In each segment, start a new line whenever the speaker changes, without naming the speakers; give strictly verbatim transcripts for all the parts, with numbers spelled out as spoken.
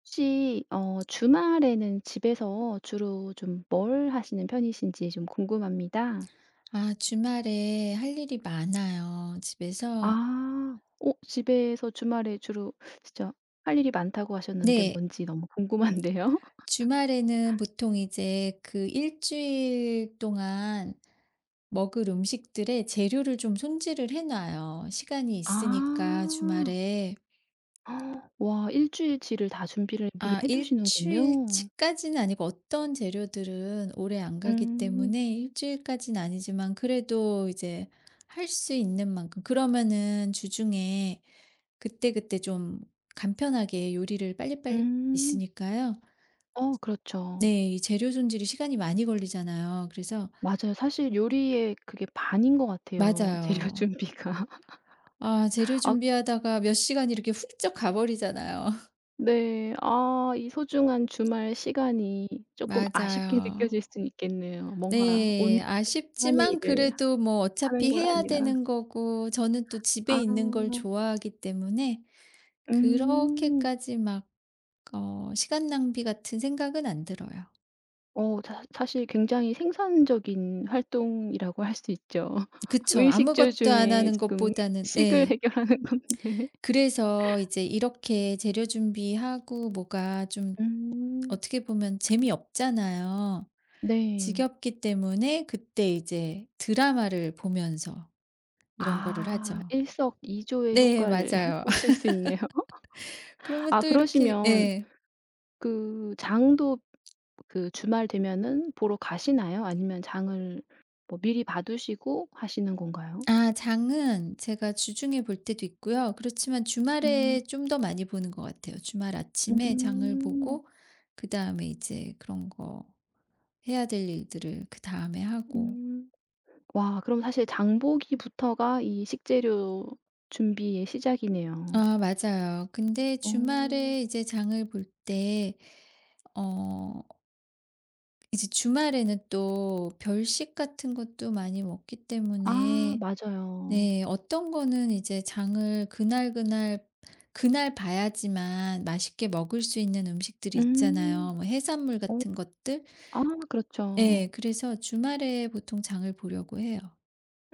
혹시 어 주말에는 집에서 주로 좀 뭘 하시는 편이신지 좀 궁금합니다.
아 주말에 할 일이 많아요, 집에서.
아. 어 집에서 주말에 주로 진짜 할 일이 많다고 하셨는데
네.
뭔지 너무 궁금한데요.
주말에는 보통 이제 그 일 주일 동안 먹을 음식들의 재료를 좀 손질을 해 놔요. 시간이 있으니까
아.
주말에.
와, 일주일치를 다 준비를 미리
아
해 두시는군요.
일주일치까지는 아니고 어떤 재료들은 오래 안 가기
음.
때문에 일주일까지는 아니지만 그래도 이제 할 수 있는 만큼 그러면은 주중에 그때그때 좀 간편하게 요리를 빨리빨리
음.
있으니까요.
어, 그렇죠.
네. 이 재료 손질이 시간이 많이 걸리잖아요. 그래서
맞아요. 사실 요리의 그게 반인 것 같아요, 재료
맞아요.
준비가.
아 재료
아
준비하다가 몇 시간이 이렇게 훌쩍 가버리잖아요.
네. 아 이 소중한 주말 시간이 쪼끔 아쉽게
맞아요.
느껴질 순 있겠네요. 뭔가
네.
온전한의
아쉽지만
일을
그래도 뭐
하는
어차피
건
해야
아니라.
되는 거고 저는 또 집에
아.
있는 걸 좋아하기 때문에
음.
그렇게까지 막 어 시간 낭비 같은 생각은 안 들어요.
어 자 사실 굉장히 생산적인 활동이라고 할 수 있죠.
그쵸.
의식주
아무것도 안
중에
하는
지금
것보다는
식을
네.
해결하는 건데.
그래서 이제 이렇게 재료 준비하고 뭐가 좀
음.
어떻게 보면 재미없잖아요.
네.
지겹기 때문에 그때 이제 드라마를 보면서 이런 거를
아
하죠.
일석이조의
네.
효과를
맞아요.
보실 수 있네요.
그러면
아
또 이렇게
그러시면
예.
그 장도 그 주말 되면은 보러 가시나요? 아니면 장을 뭐 미리 봐 두시고 하시는 건가요?
아 장은 제가 주중에 볼 때도 있고요. 그렇지만
음.
주말에 좀 더 많이 보는 것 같아요. 주말 아침에 장을
음.
보고 그다음에 이제 그런 거 해야 될 일들을 그다음에 하고.
음. 와 그럼 사실 장 보기부터가 이 식재료 준비의 시작이네요.
아 맞아요. 근데
어.
주말에 이제 장을 볼 때 어 이제 주말에는 또 별식 같은 것도 많이 먹기
아
때문에
맞아요.
네. 어떤 거는 이제 장을 그날그날 그날 그날 봐야지만 맛있게 먹을 수 있는 음식들이
음.
있잖아요. 뭐 해산물
어
같은 것들.
아 그렇죠.
네 그래서 주말에 보통 장을 보려고 해요.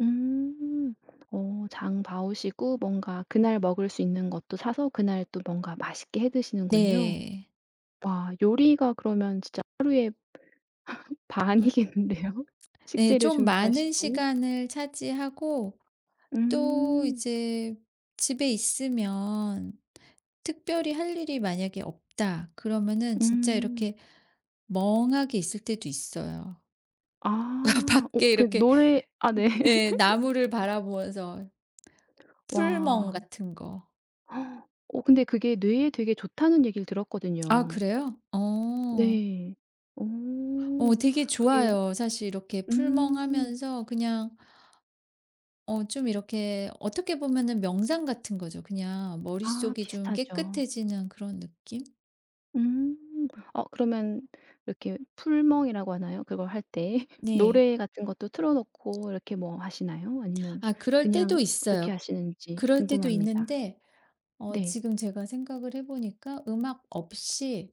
음. 어 장 봐 오시고 뭔가 그날 먹을 수 있는 것도 사서 그날 또 뭔가 맛있게 해 드시는군요.
네.
와 요리가 그러면 진짜 하루에
음.
반이겠는데요?
네.
식재료
좀 많은
준비하시고.
시간을 차지하고 또
음.
이제 집에 있으면 특별히 할 일이 만약에 없다 그러면은 진짜
음.
이렇게 멍하게 있을 때도 있어요.
아. 어
밖에
그
이렇게
노래 아 네.
예. 나무를 바라보면서 풀멍
와.
같은 거.
어 근데 그게 뇌에 되게 좋다는 얘기를
아
들었거든요.
그래요? 어.
네. 어.
어 되게
그게
좋아요. 사실 이렇게
음.
풀멍하면서 그냥 어 좀 이렇게 어떻게 보면은 명상 같은 거죠. 그냥
아
머릿속이 좀
비슷하죠.
깨끗해지는 그런 느낌?
음. 어 그러면 이렇게 풀멍이라고 하나요? 그걸 할 때
네.
노래 같은 것도 틀어 놓고 이렇게 뭐 하시나요? 아니면
아 그럴 때도
그냥 어떻게
있어요.
하시는지
그럴 때도
궁금합니다.
있는데 어
네.
지금 제가 생각을 해 보니까 음악 없이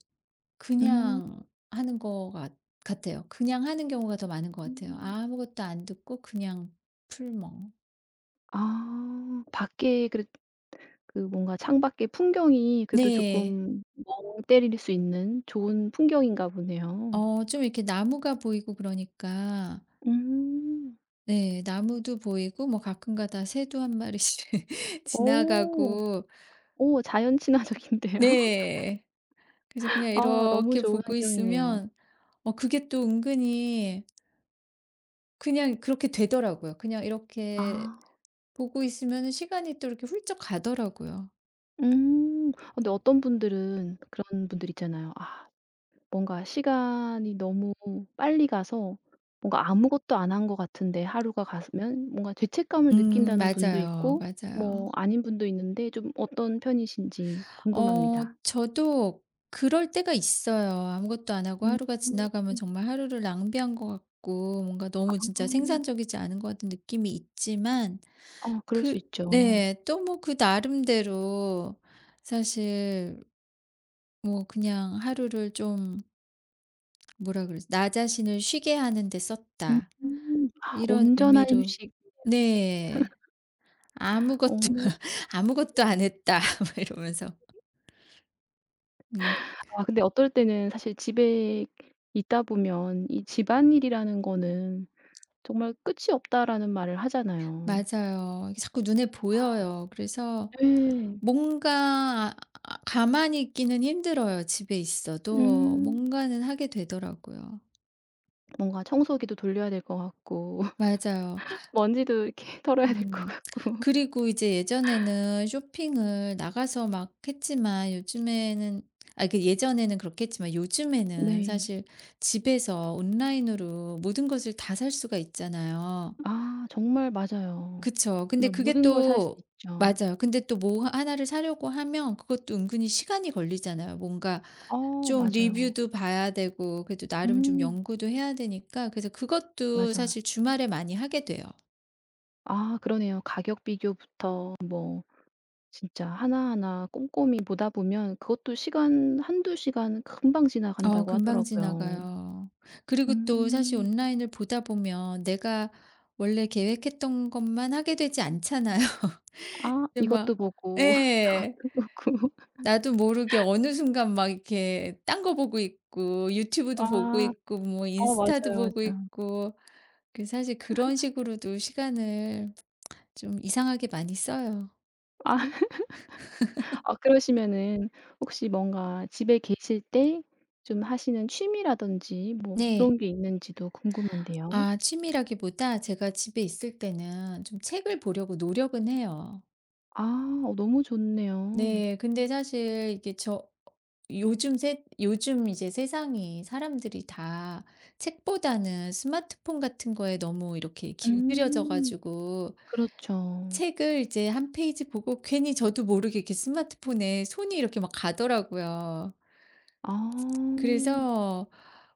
음.
그냥 하는 거 같 같아요. 그냥 하는 경우가 더 많은 것 같아요. 아무것도 안 듣고 그냥 풀멍.
아 밖에 그래 그 뭔가 창밖에 풍경이 그래도
네.
조금 멍 때릴 수 있는 좋은 풍경인가 보네요.
어 좀 이렇게 나무가 보이고 그러니까
음.
네 나무도 보이고 뭐 가끔가다 새도 한 마리씩
오
지나가고
오 자연 친화적인데요.
네. 그래서 그냥
아 너무
이렇게
좋은
보고
환경이네요.
있으면 어 그게 또 은근히 그냥 그렇게 되더라고요. 그냥 이렇게
아.
보고 있으면 시간이 또 이렇게 훌쩍 가더라고요.
음. 근데 어떤 분들은 그런 분들 있잖아요. '아 뭔가 시간이 너무 빨리 가서 뭔가 아무것도 안 한 것 같은데 하루가 가면 뭔가 죄책감을
음
느낀다는 분도
맞아요,
있고
맞아요.
뭐 아닌 분도 있는데 좀 어떤 편이신지
어
궁금합니다.
저도 그럴 때가 있어요. 아무것도 안 하고
음.
하루가 지나가면 정말 하루를 낭비한 것 같고 뭔가 너무 진짜
아.
생산적이지 않은 것 같은 느낌이 있지만
어 그럴 수
그
있죠.
네. 또 뭐 그 나름대로 사실 뭐 그냥 하루를 좀 뭐라 그러지? '나 자신을 쉬게 하는 데
음.
썼다.'
아
이런
온전한
의미로
휴식.
네. '아무것도
어.
아무것도 안 했다.' 막 이러면서. 음.
아 근데 어떨 때는 사실 집에 있다 보면 이 집안일이라는 거는 정말 끝이 없다라는 말을 하잖아요.
맞아요. 이게 자꾸 눈에 보여요. 그래서
예.
뭔가 아 아 가만히 있기는 힘들어요, 집에 있어도.
음.
뭔가는 하게 되더라고요.
뭔가 청소기도 돌려야 될 것 같고
맞아요.
먼지도 이렇게 털어야 될 것
음.
같고.
그리고 이제 예전에는 쇼핑을 나가서 막 했지만 요즘에는 아 그 예전에는 그렇게 했지만 요즘에는
네.
사실 집에서 온라인으로 모든 것을 다 살 수가 있잖아요.
아 정말 맞아요.
그쵸. 근데
정말
그게
모든 걸 살 수
또
있죠.
맞아요. 근데 또 뭐 하나를 사려고 하면 그것도 은근히 시간이 걸리잖아요. 뭔가
어
좀
맞아요.
리뷰도 봐야 되고 그래도 나름 좀
음
연구도 해야 되니까 그래서 그것도
맞아요.
사실 주말에 많이 하게 돼요.
아 그러네요. 가격 비교부터 뭐 진짜 하나하나 꼼꼼히 보다 보면 그것도 시간 한두 시간 금방
어
지나간다고
금방
하더라고요.
지나가요. 그리고 또 사실
음.
온라인을 보다 보면 내가 원래 계획했던 것만 하게 되지 않잖아요.
아
근데 막
이것도 보고
예.
보고.
나도 모르게 어느 순간 막 이렇게 딴 거 보고 있고 유튜브도 보고
아.
있고 뭐
어
인스타도
맞아요,
보고
맞아요.
있고 그 사실 그런 식으로도 시간을 좀 이상하게 많이 써요.
아 아 그러시면은 혹시 뭔가 집에 계실 때 좀 하시는 취미라든지 뭐
네.
그런 게 있는지도 궁금한데요.
아 취미라기보다 제가 집에 있을 때는 좀 책을 보려고 노력은 해요.
아 어 너무 좋네요.
네. 근데 사실 이게 저 요즘 세 요즘 이제 세상이 사람들이 다 책보다는 스마트폰 같은 거에 너무 이렇게 길들여져
음.
가지고
그렇죠.
책을 이제 한 페이지 보고 괜히 저도 모르게 이렇게 스마트폰에 손이 이렇게 막 가더라고요.
아.
그래서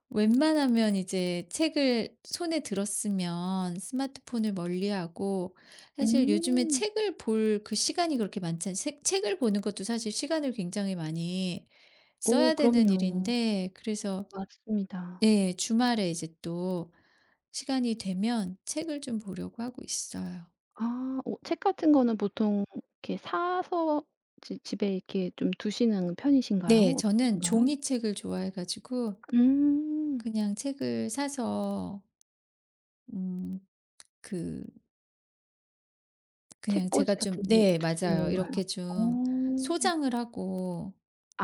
웬만하면 이제 책을 손에 들었으면 스마트폰을 멀리하고 사실 요즘에
음.
책을 볼 그 시간이 그렇게 많지 않 책 책을 보는 것도 사실 시간을 굉장히 많이
오
써야 되는
그럼요.
일인데 그래서
맞습니다.
네 주말에 이제 또 시간이 되면 책을 좀 보려고 하고 있어요.
아 어 책 같은 거는 보통 이렇게 사서 지 집에 이렇게 좀 두시는 편이신가요?
네. 저는
어떠신가요?
종이책을 좋아해 가지고
음.
그냥 책을 사서 음 그 그냥
책꽂이
제가 좀
같은 데
네
두시는
맞아요.
건가요?
이렇게 좀
어.
소장을 하고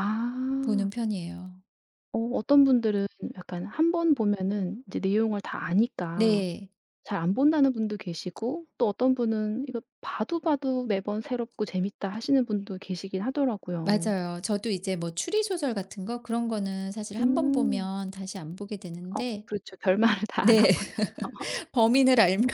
아.
보는 편이에요.
어 어떤 분들은 약간 한 번 보면은 이제 내용을 다 아니까
네.
잘 안 본다는 분도 계시고 또 어떤 분은 이거 봐도 봐도 매번 새롭고 재밌다 하시는 분도 계시긴 하더라고요.
맞아요. 저도 이제 뭐 추리 소설 같은 거 그런 거는 사실 한번
음.
보면 다시 안 보게
어
되는데
그렇죠. 결말을 다
네.
알아버려서.
범인을 알면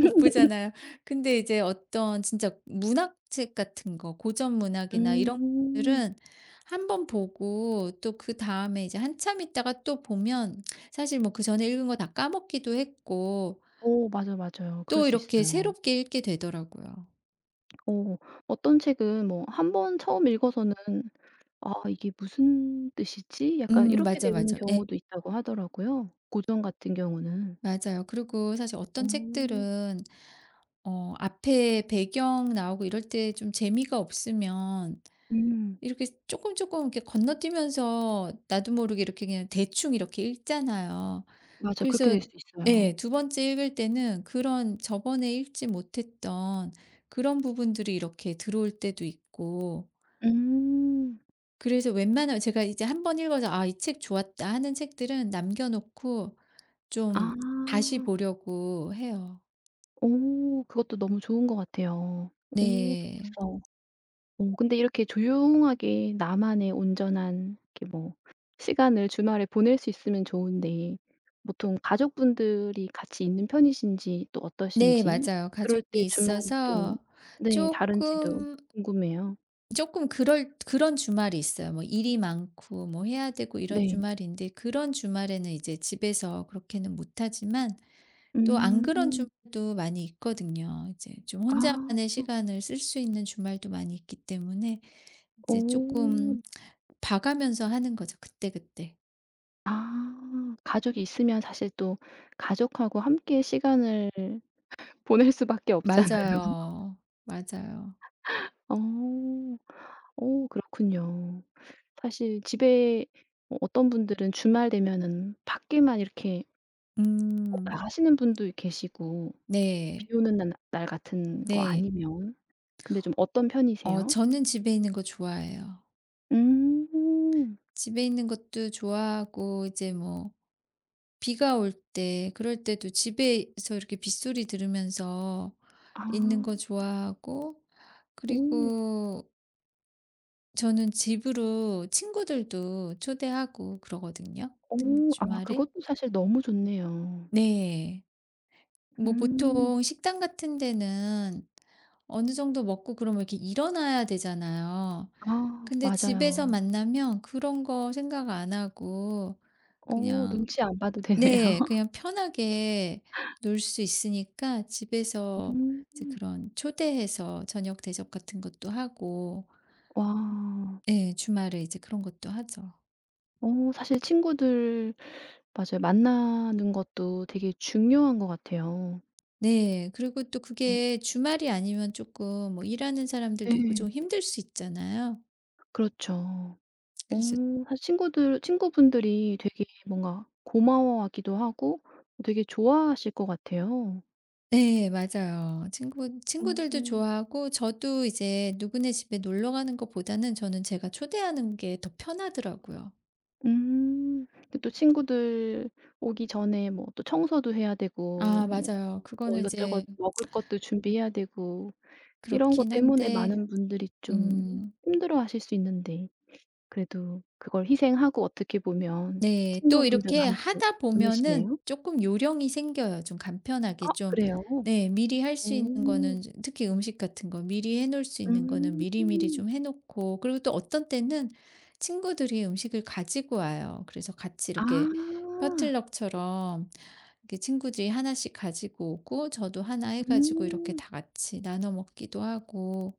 못 보잖아요. 근데 이제 어떤 진짜 문학책 같은 거, 고전 문학이나 이런
음.
것들은 한 번 보고 또 그다음에 이제 한참 있다가 또 보면 사실 뭐 그전에 읽은 거 다 까먹기도 했고
어 맞아요, 맞아요. 그럴
또
수
이렇게
있어요.
새롭게 읽게 되더라고요.
어 어떤 책은 뭐 한 번 처음 읽어서는 '아 이게 무슨 뜻이지?' 약간
음
이렇게
맞아,
되는
맞아. 예.
경우도 있다고 하더라고요, 고전 같은 경우는.
맞아요. 그리고 사실 어떤
어.
책들은 어 앞에 배경 나오고 이럴 때 좀 재미가 없으면
음.
이렇게 조금 조금 이렇게 건너뛰면서 나도 모르게 이렇게 그냥 대충 이렇게 읽잖아요.
맞아. 그렇게
그래서
될 수 있어요.
예 두 번째 읽을 때는 그런 저번에 읽지 못했던 그런 부분들이 이렇게 들어올 때도 있고
음.
그래서 웬만하면 제가 이제 한번 읽어서 '아 이 책 좋았다.' 하는 책들은 남겨 놓고 좀
아.
다시 보려고 해요.
오. 그것도 너무 좋은 것 같아요. 오
네.
독서. 어 근데 이렇게 조용하게 나만의 온전한 이렇게 뭐 시간을 주말에 보낼 수 있으면 좋은데 보통 가족분들이 같이 있는 편이신지 또
네
어떠신지
맞아요.
그럴 때
가족이
주말이 좀
있어서
네 다른지도
조금
궁금해요.
조금 그럴 그런 주말이 있어요. 뭐 일이 많고 뭐 해야 되고 이런
네.
주말인데 그런 주말에는 이제 집에서 그렇게는 못하지만 또 안 그런
음.
주말도 많이 있거든요. 이제 좀
아.
혼자만의 시간을 쓸 수 있는 주말도 많이 있기 때문에 이제
어.
조금 봐가면서 하는 거죠 그때그때.
아. 가족이 있으면 사실 또 가족하고 함께 시간을 보낼 수밖에 없잖아요.
맞아요. 맞아요.
어. 어 그렇군요. 사실 집에 어 어떤 분들은 주말 되면은 밖에만 이렇게 꼭
음.
나가시는 분도 계시고
네.
비 오는 날 날 같은 거
네.
아니면. 근데 좀 어떤
어
편이세요?
저는 집에 있는 거 좋아해요.
음.
집에 있는 것도 좋아하고 이제 뭐 비가 올 때 그럴 때도 집에서 이렇게 빗소리 들으면서
아.
있는 거 좋아하고
오.
그리고 저는 집으로 친구들도 초대하고 그러거든요. 특히
오. 아
주말에.
그것도 사실 너무 좋네요.
네. 뭐
음.
보통 식당 같은 데는 어느 정도 먹고 그러면 이렇게 일어나야 되잖아요.
아
근데 집에서
맞아요.
만나면 그런 거 생각 안 하고
어
그냥
눈치 안 봐도 되네요.
네. 그냥 편하게 놀 수 있으니까 집에서 이제
음.
그런 초대해서 저녁 대접 같은 것도 하고
와.
네 주말에 이제 그런 것도 하죠.
어 사실 친구들 맞아요. 만나는 것도 되게 중요한 것 같아요.
네. 그리고 또 그게 주말이 아니면 조금 뭐 일하는
네,
사람들도 있고
예.
좀 힘들 수 있잖아요.
그렇죠. 어
그래서
사실 친구들 친구분들이 되게 뭔가 고마워하기도 하고 되게 좋아하실 것 같아요.
네 맞아요. 친구 친구들도
음.
좋아하고 저도 이제 누구네 집에 놀러 가는 것보다는 저는 제가 초대하는 게 더 편하더라고요.
음. 근데 또 친구들 오기 전에 뭐 또 청소도 해야
아
되고 뭐
맞아요.
뭐
그거는 이제
이것저것 먹을 것도 준비해야 되고 이런 것
그렇긴
때문에
한데
많은 분들이 좀
음.
힘들어하실 수 있는데 그래도 그걸 희생하고 어떻게 보면
네. 또
친구분들과
이렇게
함께
하다 보면은
보내시네요.
조금 요령이 생겨요. 좀 간편하게
아
좀
그래요?
네 미리 할
어.
수 있는 거는 좀- 특히 음식 같은 거 미리 해 놓을 수 있는 거는
음.
미리미리 좀 해 놓고 그리고 또 어떤 때는 친구들이 음식을 가지고 와요. 그래서 같이 이렇게
아.
퍼틀럭처럼 이렇게 친구들이 하나씩 가지고 오고 저도 하나 해 가지고 이렇게
음.
다 같이 나눠 먹기도 하고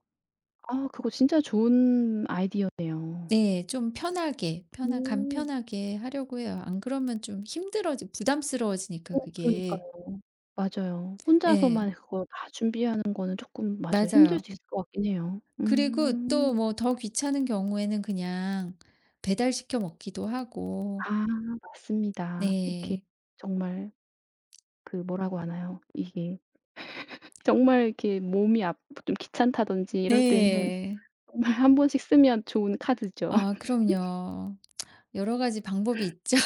아 그거 진짜 좋은 아이디어네요.
네. 좀 편하게, 편하
음.
간편하게 하려고 해요. 안 그러면 좀 힘들어지 부담스러워지니까
어
그게.
그러니까요. 맞아요.
예.
혼자서만 그거 다 준비하는 거는 쪼끔 맞아요. 힘들
맞아요.
수 있을 것 같긴 해요.
그리고 또
음.
뭐 더 귀찮은 경우에는 그냥 배달시켜 먹기도 하고.
아 맞습니다. 이렇게
네.
정말 그 뭐라고 하나요? 이게 정말 이렇게 몸이 아 좀 귀찮다든지 이럴 때는
네.
정말 한 번씩 쓰면 좋은 카드죠.
아 그럼요. 여러 가지 방법이 있죠.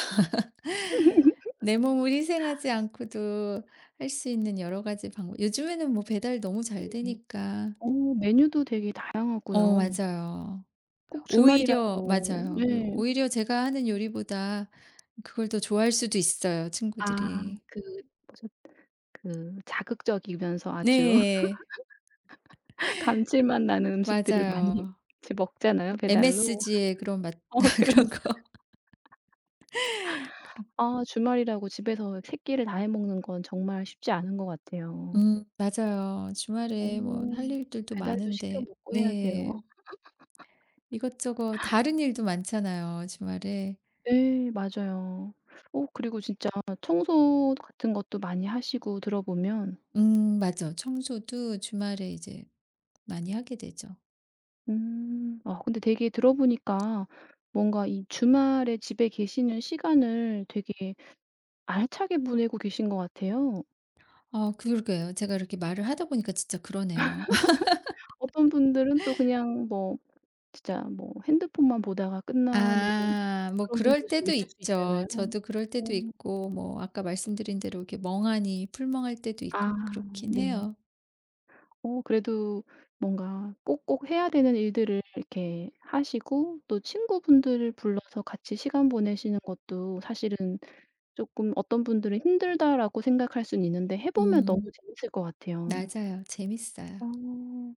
내 몸을 희생하지 않고도 할 수 있는 여러 가지 방법 요즘에는 뭐 배달 너무 잘
네.
되니까.
어 메뉴도 되게
어
다양하고요.
맞아요.
꼭 주말이라고
오히려 맞아요. 그
네.
오히려 제가 하는 요리보다 그걸 더 좋아할 수도 있어요,
아
친구들이.
그 뭐죠? 그 자극적이면서 아주
네.
감칠맛 나는 음식들을 많이
맞아요.
이제 먹잖아요, 배달로.
엠에스지의 그런 맛
어
그런
그러니까
거 그런
아 주말이라고 집에서 세 끼를 다해 먹는 건 정말 쉽지 않은 것 같아요.
음 맞아요. 주말에 뭐 할
어.
일들도
배달도 시켜
많은데
먹고 해야
네.
돼요.
이것저것 다른 일도 많잖아요, 주말에.
예. 맞아요. 어 그리고 진짜 청소 같은 것도 많이 하시고 들어보면
음 맞아. 청소도 주말에 이제 많이 하게 되죠.
음 아 근데 되게 들어보니까 뭔가 이 주말에 집에 계시는 시간을 되게 알차게 보내고 계신 것 같아요.
아 그러게요. 제가 이렇게 말을 하다 보니까 진짜 그러네요.
어떤 분들은 또 그냥 뭐 진짜 뭐 핸드폰만 보다가 끝나는
아. 뭐
그런
그럴
분들 수도
때도
있을 수
있죠.
있잖아요.
저도 그럴 때도
음.
있고 뭐 아까 말씀드린 대로 이렇게 멍하니 풀멍할 때도 있고
아
그렇긴
네.
해요.
어 그래도 뭔가 꼭꼭 해야 되는 일들을 이렇게 하시고 또 친구분들을 불러서 같이 시간 보내시는 것도 사실은 조금 어떤 분들은 '힘들다.'라고 생각할 수는 있는데 해 보면 너무
음.
재밌을 것 같아요.
맞아요. 재밌어요.
어.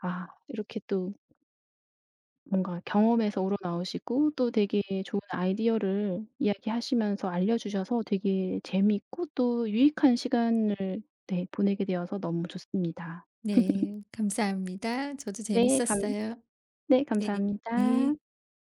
아 이렇게 또 뭔가 경험에서 우러나오시고 또 되게 좋은 아이디어를 이야기하시면서 알려주셔서 되게 재미있고 또 유익한 시간을 네 보내게 되어서 너무 좋습니다.
네. 감사합니다. 저도
네 감
재밌었어요.
네
네.
감사합니다.
네.